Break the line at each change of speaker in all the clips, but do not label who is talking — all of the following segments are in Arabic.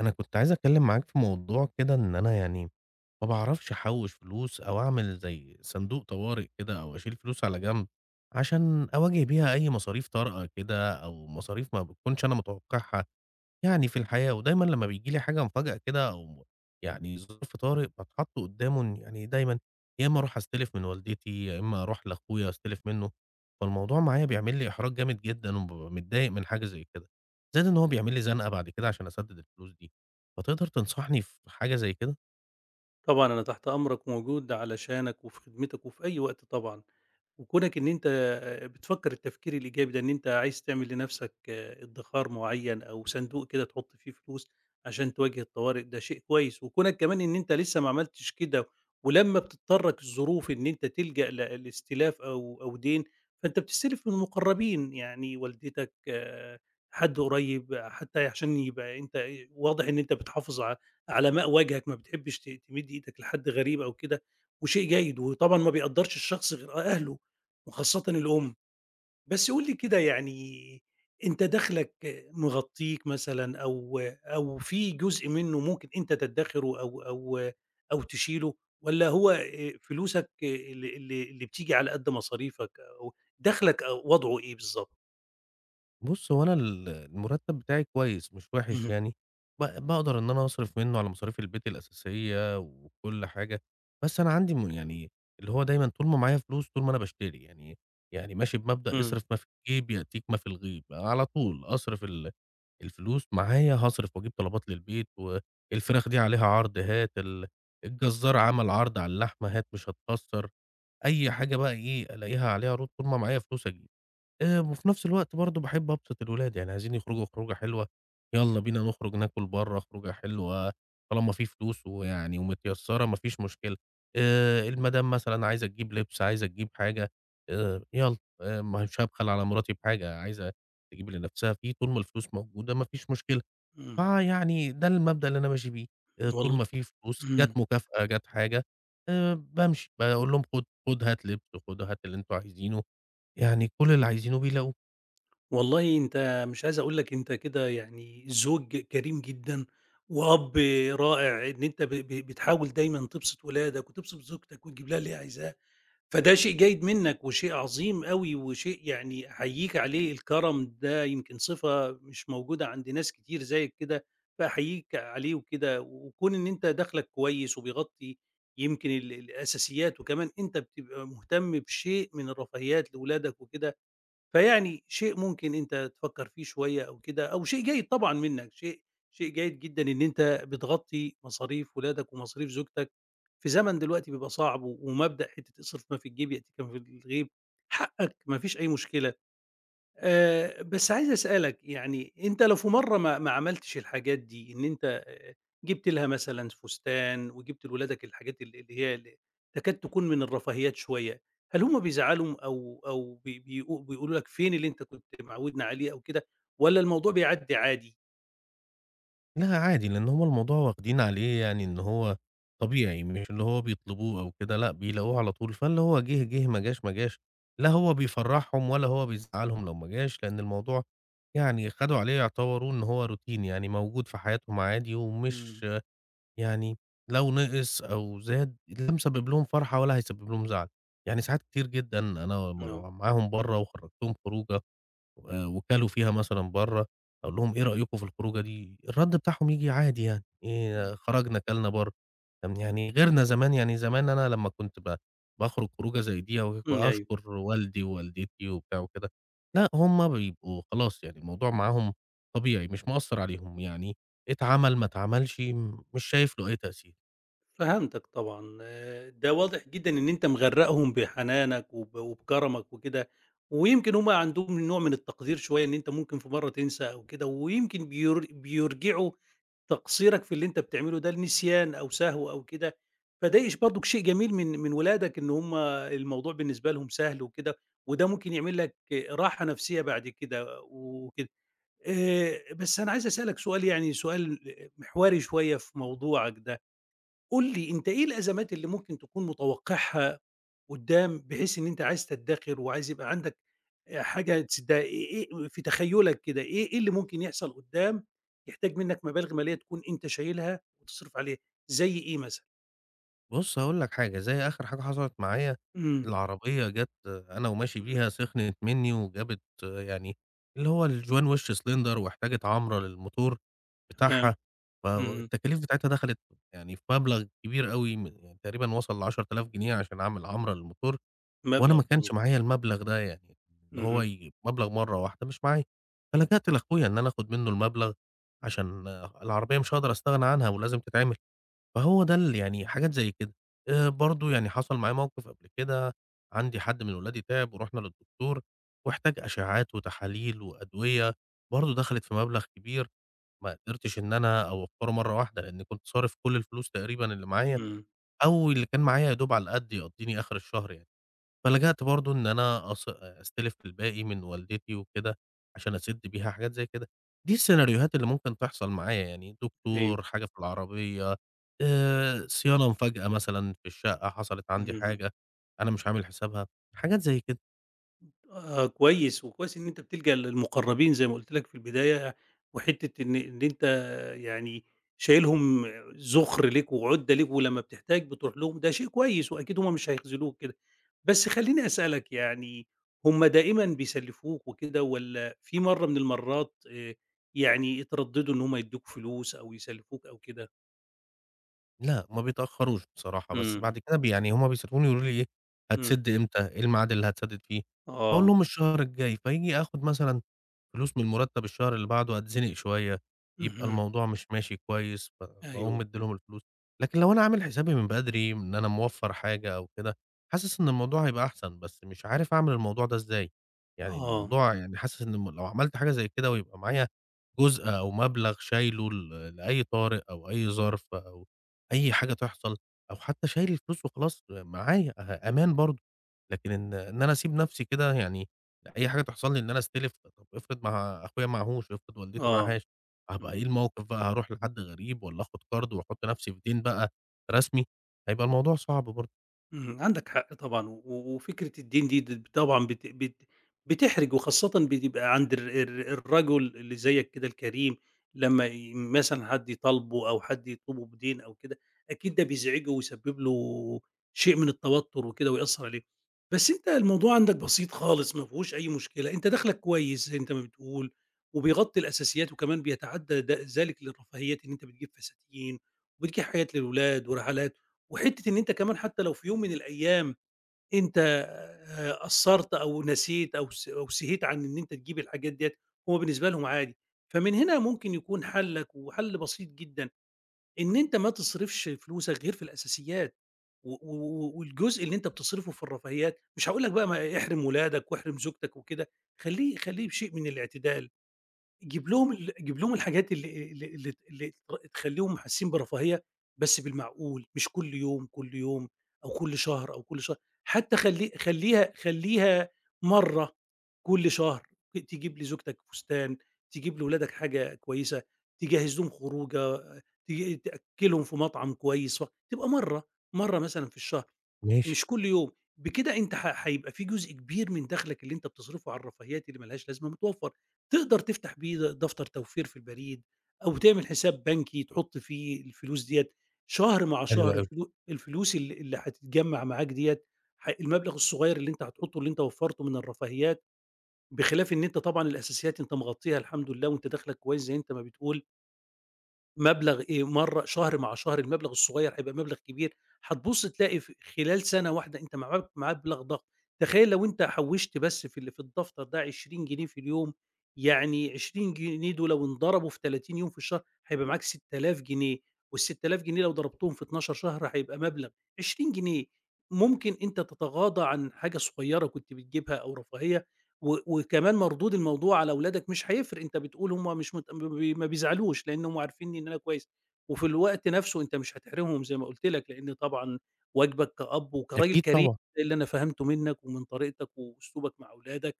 أنا كنت عايز أتكلم معاك في موضوع كده إن أنا يعني ما باعرفش أحوّش فلوس أو أعمل زي صندوق طوارئ كده أو أشيل فلوس على جنب، عشان أواجه بيها أي مصاريف طارئة كده أو مصاريف ما باكونش أنا متوقعها يعني في الحياة، ودايمًا لمّا بييجي لي حاجة مفاجأة كده أو يعني ظرف طارئ باتحط قدّامه إن يعني دايمًا يا إمّا أروح أستلف من والدتي، يا إمّا أروح لأخويا أستلف منّه، فالموضوع معايا بيعمل لي إحراج جامد جدًا وبابقى متضايق من حاجة زي كده، زائد إن هو بيعمل لي زنقة بعد كده عشان أسدد الفلوس دي، فتقدر تنصحني في حاجة زي كده؟
طبعًا أنا تحت أمرك وموجود علشانك وفي خدمتك وفي أي وقت طبعًا. وكونك إن أنت بتفكّر التفكير الإيجابي ده، إن أنت عايز تعمل لنَفْسك ادّخار معيّن أو صندوق كده تحُط فيه فلوس عشان تواجه الطوارئ، ده شيء كويس، وكونك كمان إن أنت لسه ما عملتش كده ولمّا بتضطرك الظروف إن أنت تلجأ لاستلاف أو دين، فأنت بتستلف من المقرّبين، يعني والدتك، حد قريّب، حتّى عشان يبقى أنت واضح إن أنت بتحافظ على ماء وجهك، ما بتحبّش تمِد إيدك لحد غريب أو كده وشيء جيد، وطبعًا ما بيقدّرش الشخص غير أهله. وخاصةً الأم. بس قُل لي كده، يعني أنت دخلك مغطّيك مثلًا أو في جزء منّه ممكن أنت تدّخره أو تشيله، والّا هو فلوسك اللي بتيجي على قد مصاريفك أو دخلك أو وضعه إيه بالضبط؟
بُص، هو أنا المرتب بتاعي كويس مش وحش
اهم.
يعني، باقدر إن أنا أصرف منه على مصاريف البيت الأساسية وكل حاجة، بس أنا عندي يعني اللي هو دايمًا طول ما معايا فلوس، طول ما أنا باشتري، يعني يعني ماشي بمبدأ اصرف
إمم.
ما في الجيب يأتيك ما في الغيب، على طول أصرف الفلوس معايا هاصرف وأجيب طلبات للبيت، والفراخ دي عليها عرض هات، الجزار عمل عرض على اللحمة هات مش هتكسّر، أي حاجة بقى إيه ألاقيها عليها عروض طول ما معايا فلوس أجيب. وفي نفس الوقت برضه باحب أبسط الولاد، يعني عايزين يخرجوا خروجة حلوة، يالّا بينا نخرج ناكل برّه خروجة حلوة، طالما في فلوس ويعني ومتيسّرة ما فيش مشكلة. المدام مثلًا عايزة تجيب لبس، عايزة تجيب حاجة، يالّا، مش هابخل على مراتي بحاجة، عايزة تجيب لنفسها فيه، طول ما الفلوس موجودة ما فيش مشكلة.
إمم.
فيعني ده المبدأ اللي أنا ماشي بيه، طول
والل
ما في فلوس،
إمم.
جات مكافأة، جات حاجة، بامشي، باقول لهم خُد، خُد هات لبس، خُد هات اللي أنتم عايزينه، يعني كل اللي عايزينه بيلاقوه.
والله أنت مش عايز أقول لك، أنت كده يعني زوج كريم جدًا، وأب رائع إن أنت ب ب بتحاول دايمًا تبسط ولادك وتبسط زوجتك وتجيب لها اللي هي عايزاه، فده شيء جيد منك وشيء عظيم أوي وشيء يعني أحييك عليه. الكرم ده يمكن صفة مش موجودة عند ناس كتير زيك كده، فأحييك عليه وكده، وكون إن أنت دخلك كويس وبيغطي يمكن الأساسيات، وكمان أنت بتبقى مهتم بشيء من الرفاهيات لولادك وكده، فيعني شيء ممكن أنت تفكّر فيه شوية أو كده، أو شيء جيد طبعًا منّك. شيء جيد جدًا إن أنت بتغطّي مصاريف ولادك ومصاريف زوجتك في زمن دلوقتي بيبقى صعب، و ومبدأ حتّة اصرف ما في الجيب يأتيك من في الغيب، حقّك ما فيش أي مشكلة. بس عايز أسألك، يعني أنت لو في مرّة ما عملتش الحاجات دي، إن أنت، جِبت لها مثلًا فستان وجِبت لولادك الحاجات اللي هي تكاد تكون من الرفاهيات شوية، هل هم بيزعلوا أو بي بيقو بيقولوا لك فين اللي أنت كنت معوِّدنا عليه أو كده، والّا الموضوع بيعدّي عادي؟
لأ عادي، لإن هُم الموضوع واخدين عليه يعني إن هو طبيعي، مش اللي هو بيطلبوه أو كده، لأ بيلاقوه على طول، فاللي هو جِه، جِه، ما جاش، ما جاش، لا هو بيفرّحهم ولا هو بيزعّلهم لو ما جاش، لإن الموضوع يعني خدوا عليه يعتبروه إن هو روتين يعني موجود في حياتهم عادي،
إمم.
ومش يعني لو نقِص أو زاد لا مسبب لهم فرحة ولا هيسبب لهم زعل، يعني ساعات كتير جدًا أنا لمّا
آه.
بابقى معاهم برّه وخرّجتهم خروجة وكلوا فيها مثلًا برّه، أقول لهم إيه رأيكم في الخروجة دي؟ الرَد بتاعهم ييجي عادي يعني، إيه
إمم.
خرجنا كلنا برّه، طب يعني غيرنا زمان، يعني زمان أنا لمّا كنت باخرج خروجة زي دي أو
إمم، أيوه.
وأشكر والدي ووالدتي وبتاع وكده، لأ هم بيبقوا خلاص يعني الموضوع معاهم طبيعي، مش مأثّر عليهم، يعني اتعمل ما اتعملش مش شايف له أي تأثير.
فهمتك طبعًا. ده واضح جدًا إن أنت مغرّقهم بحنانك وبكرمك وكده، ويمكن هُم عندهم نوع من التقدير شوية، إن أنت ممكن في مرّة تنسى أو كده، ويمكن بيرجعوا تقصيرك في اللي أنت بتعمله ده لنسيان أو سهو أو كده، فده إيش برضك شيء جميل من ولادك، إن هُم الموضوع بالنسبة لهم سهل وكده، وده ممكن يعمل لك راحة نفسية بعد كده وكده. بس أنا عايز أسألك سؤال، يعني سؤال محوري شوية في موضوعك ده. قُل لي أنت إيه الأزمات اللي ممكن تكون متوقعها قدّام، بحيث إن أنت عايز تدّخر وعايز يبقى عندك حاجة تصدّ، إيه إيه في تخيلك كده، إيه إيه اللي ممكن يحصل قدّام، يحتاج منك مبالغ مالية تكون أنت شايلها وتصرف عليها، زي إيه مثلًا؟
بُص هاقول لك حاجة، زي آخر حاجة حصلت معايا،
إمم.
العربية جات أنا وماشي بيها سخنت منّي وجابت يعني اللي هو الجوان وِش سلندر واحتاجت عَمرة للموتور
تمام.
بتاعها،
اهم.
فالتكاليف بتاعتها دخلت يعني في مبلغ كبير أوي يعني تقريبًا وصل ل10.000 جنيه عشان أعمل عَمرة للموتور، وأنا
مبلغ
ما
برضه.
كانش معايا المبلغ ده يعني اللي هو
اهم.
مبلغ مرّة واحدة مش معايا، فلجأت لأخويا إن أنا آخُد منّه المبلغ عشان العربية مش هاقدر أستغنى عنها ولازم تتعمل. فهو ده يعني حاجات زي كده. برضه يعني حصل معايا موقف قبل كده، عندي حد من ولادي تعب ورُحنا للدكتور واحتاج أشعّات وتحاليل وأدوية، برضه دخلت في مبلغ كبير ما قدرتش إن أنا أوفّره مرّة واحدة، لإنّي كنت صارف كل الفلوس تقريبًا اللي معايا
إمم.
أو اللي كان معايا يا دوب على قد يقضّيني آخر الشهر يعني. فلجأت برضه إن أنا أستلف الباقي من والدتي وكده، عشان أسِدّ بيها حاجات زي كده. دي السيناريوهات اللي ممكن تحصل معايا يعني،
أيوه.
دكتور، حاجة في العربية، صيانة مفاجأة مثلًا في الشقة، حصلت عندي
اهم.
حاجة أنا مش عامل حسابها، حاجات زي كده.
آه كويس، وكويس إن أنت بتلجأ للمقرّبين زي ما قُلت لك في البداية، وحتّة إن أنت، يعني شايلهم ذُخر ليك وعُدّة ليك ولمّا بتحتاج بتروح لهم، ده شيء كويس وأكيد هم مش هيخذلوك كده. بس خلّيني أسألك، يعني هم دائمًا بيسلّفوك وكده، والّا في مرّة من المرّات يعني اتردّدوا إن هم يدّوك فلوس أو يسلّفوك أو كده؟
لأ، ما بيتأخروش بصراحة، بس
إمم.
بعد كده ب يعني هم بيسألوني يقولوا لي إيه:
إمم.
"هتسِدّ إمتى؟ إيه الميعاد اللي هتسدد فيه؟" أقول
آه.
لهم: "الشهر الجاي." فييجي آخد مثلًا فلوس من المرتب الشهر اللي بعده هاتزنق شوية، يبقى
اهم.
الموضوع مش ماشي كويس، فاقوم
أيوه.
مدّي لهم الفلوس، لكن لو أنا عامل حسابي من بدري إن أنا موفّر حاجة أو كده، حاسس إن الموضوع هيبقى أحسن، بس مش عارف أعمل الموضوع ده إزاي، يعني
آه.
الموضوع يعني حاسس إن م لو عملت حاجة زي كده ويبقى معايا جزء أو مبلغ شايله لأي طارئ أو أي ظرف أو أي حاجة تحصل، أو حتى شايل الفلوس وخلاص معايا أه أمان برضه، لكن إن أنا أسيب نفسي كده يعني أي حاجة تحصل لي إن أنا أستلف، طب افرض ما أخويا معاهوش، افرض والدتي
آه.
معاهاش، هابقى إيه
إمم.
الموقف بقى، هاروح لحد غريب والّا آخد قرض وأحط نفسي في دين بقى رسمي، هيبقى الموضوع صعب برضه.
اهم، عندك حق طبعًا، وفكرة الدين دي، طبعًا بت بت بتحرج، وخاصةً بتبقى عند ال الرجل اللي زيك كده الكريم، لمّا مثلًا حد يطالبه أو حد يطلبه بدين أو كده، أكيد ده بيزعجه ويسبب له شيء من التوتر وكده ويأثّر عليه. بس أنت الموضوع عندك بسيط خالص، ما فيهوش أي مشكلة. أنت دخلك كويس زي أنت ما بتقول، وبيغطي الأساسيات، وكمان بيتعدى ذلك للرفاهيات إن أنت بتجيب فساتين وبتجيب حاجات للولاد ورحلات. وحتة إن أنت كمان حتى لو في يوم من الأيام أنت قصّرت أو نسيت أو س أو سهيت عن إن أنت تجيب الحاجات ديّة، هو بالنسبة لهم عادي. فمن هنا ممكن يكون حَلّك، وحَل بسيط جدًا، إن أنت ما تصرفش فلوسك غير في الأساسيات، والجزء اللي أنت بتصرفه في الرفاهيات، مش هاقول لك بقى ما احرم ولادك واحرم زوجتك وكده، خلّيه بشيء من الاعتدال. جيب لهم الحاجات اللي ت اللي ت تخلّيهم حاسين برفاهية، بس بالمعقول، مش كل يوم، كل يوم أو كل شهر أو كل شهر، حتى خلّيها مرّة كل شهر، تجيب لزوجتك فستان، تجيب لولادك حاجة كويسة، تجهّز لهم خروجة، تأكّلهم في مطعم كويس، تبقى مرّة، مرّة مثلًا في الشهر،
ماشي،
مش كل يوم. بكده أنت، هيبقى في جزء كبير من دخلك اللي أنت بتصرفه على الرفاهيات اللي ما لهاش لازمة متوفّر. تقدر تفتح بيه دفتر توفير في البريد، أو تعمل حساب بنكي تحط فيه الفلوس ديّة شهر مع
حلو
شهر.
أوي.
الفلوس اللي هتتجمّع معاك ديّة، المبلغ الصغير اللي أنت هتحطه، اللي أنت وفّرته من الرفاهيات، بخلاف إن أنت طبعًا الأساسيات أنت مغطّيها الحمد لله، وأنت دخلك كويس زي أنت ما بتقول، مبلغ إيه مرّة شهر مع شهر المبلغ الصغيّر هيبقى مبلغ كبير. هتبُص تلاقي في خلال سَنة واحدة أنت معاك مبلغ ضخم. تخيّل لو أنت حوّشت بس في في الدفتر ده 20 جنيه في اليوم، يعني 20 جنيه دول لو انضربوا في 30 يوم في الشهر هيبقى معاك 6000 جنيه، وال6000 جنيه لو ضربتهم في 12 شهر هيبقى مبلغ 20 جنيه، ممكن أنت تتغاضى عن حاجة صغيّرة كنت بتجيبها أو رفاهية، وكمان مردود الموضوع على ولادك مش هيفرق، أنت بتقول هم مش مت ما بي ما بيزعلوش لإن هم عارفينّي إن أنا كويس، وفي الوقت نفسه أنت مش هتحرمهم زي ما قُلت لك، لإن طبعًا واجبك كأب وكراجل
أكيد
كريم
طبعًا،
زي اللي أنا فهمته منّك ومن طريقتك وأسلوبك مع أولادك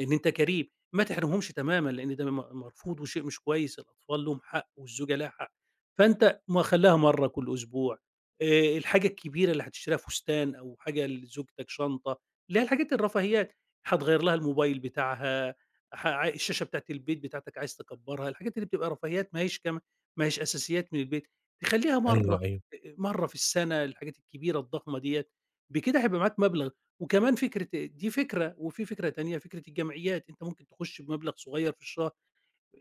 إن أنت كريم. ما تحرمهمش تمامًا، لإن ده مرفوض وشيء مش كويس. الأطفال لهم حق والزوجة لها حق، فأنت ما خلّيها مرّة كل أسبوع، الحاجة الكبيرة اللي هتشتريها، فستان أو حاجة لزوجتك، شنطة، اللي هي الحاجات الرفاهيات، هتغيّر لها الموبايل بتاعها، ح ع الشاشة بتاعة البيت بتاعتك عايز تكبّرها، الحاجات اللي بتبقى رفاهيات ما هيش أساسيات من البيت، تخلّيها مرّة،
أيوه، أيوه،
مرّة في السنة الحاجات الكبيرة الضخمة ديّة. بكده هيبقى معاك مبلغ، وكمان فكرة دي فكرة، وفي فكرة تانية، فكرة الجمعيات. أنت ممكن تخش بمبلغ صغير في الشهر،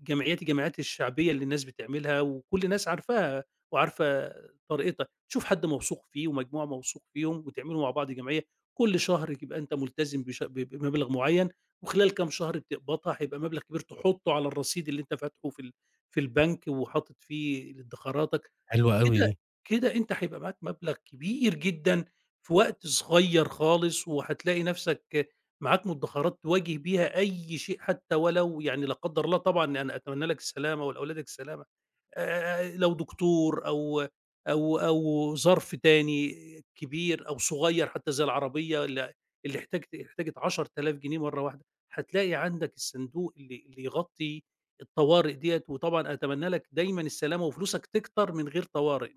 الجمعيات الشعبية اللي الناس بتعملها وكل الناس عارفاها وعارفة طريقتها، تشوف حد موثوق فيه ومجموعة موثوق فيهم وتعملوا مع بعض جمعية، كل شهر يبقى أنت ملتزم بش ب بمبلغ معين، وخلال كام شهر بتقبضها، هيبقى مبلغ كبير تحطه على الرصيد اللي أنت فاتحه في في البنك وحاطط فيه ادخاراتك.
حلوة أوي
كده
دي.
كده أنت هيبقى معاك مبلغ كبير جدًا في وقت صغير خالص، وهتلاقي نفسك معاك مدخرات تواجه بيها أي شيء، حتى ولو يعني لا قدر الله، طبعًا أنا أتمنى لك السلامة ولأولادك السلامة، لو دكتور أو ظرف تاني كبير أو صغير، حتى زي العربية اللي احتاجت 10.000 جنيه مرة واحدة، هتلاقي عندك الصندوق اللي يغطي الطوارئ ديّة. وطبعًا أتمنى لك دايمًا السلامة وفلوسك تكتر من غير طوارئ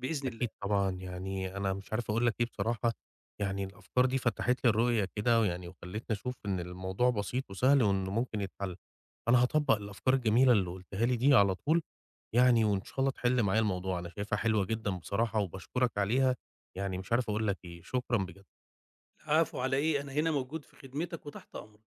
بإذن الله.
أكيد طبعًا، يعني أنا مش عارف أقول لك إيه بصراحة، يعني الأفكار دي فتحت لي الرؤية كده ويعني وخلّتني أشوف إن الموضوع بسيط وسهل وإنه ممكن يتحل، أنا هاطبّق الأفكار الجميلة اللي قُلتها لي دي على طول يعني وإن شاء الله تحل معايا الموضوع، أنا شايفها حلوة جدًا بصراحة وباشكرك عليها، يعني مش عارف أقول لك إيه، شكرًا بجد.
العفو على إيه، أنا هنا موجود في خدمتك وتحت أمرك.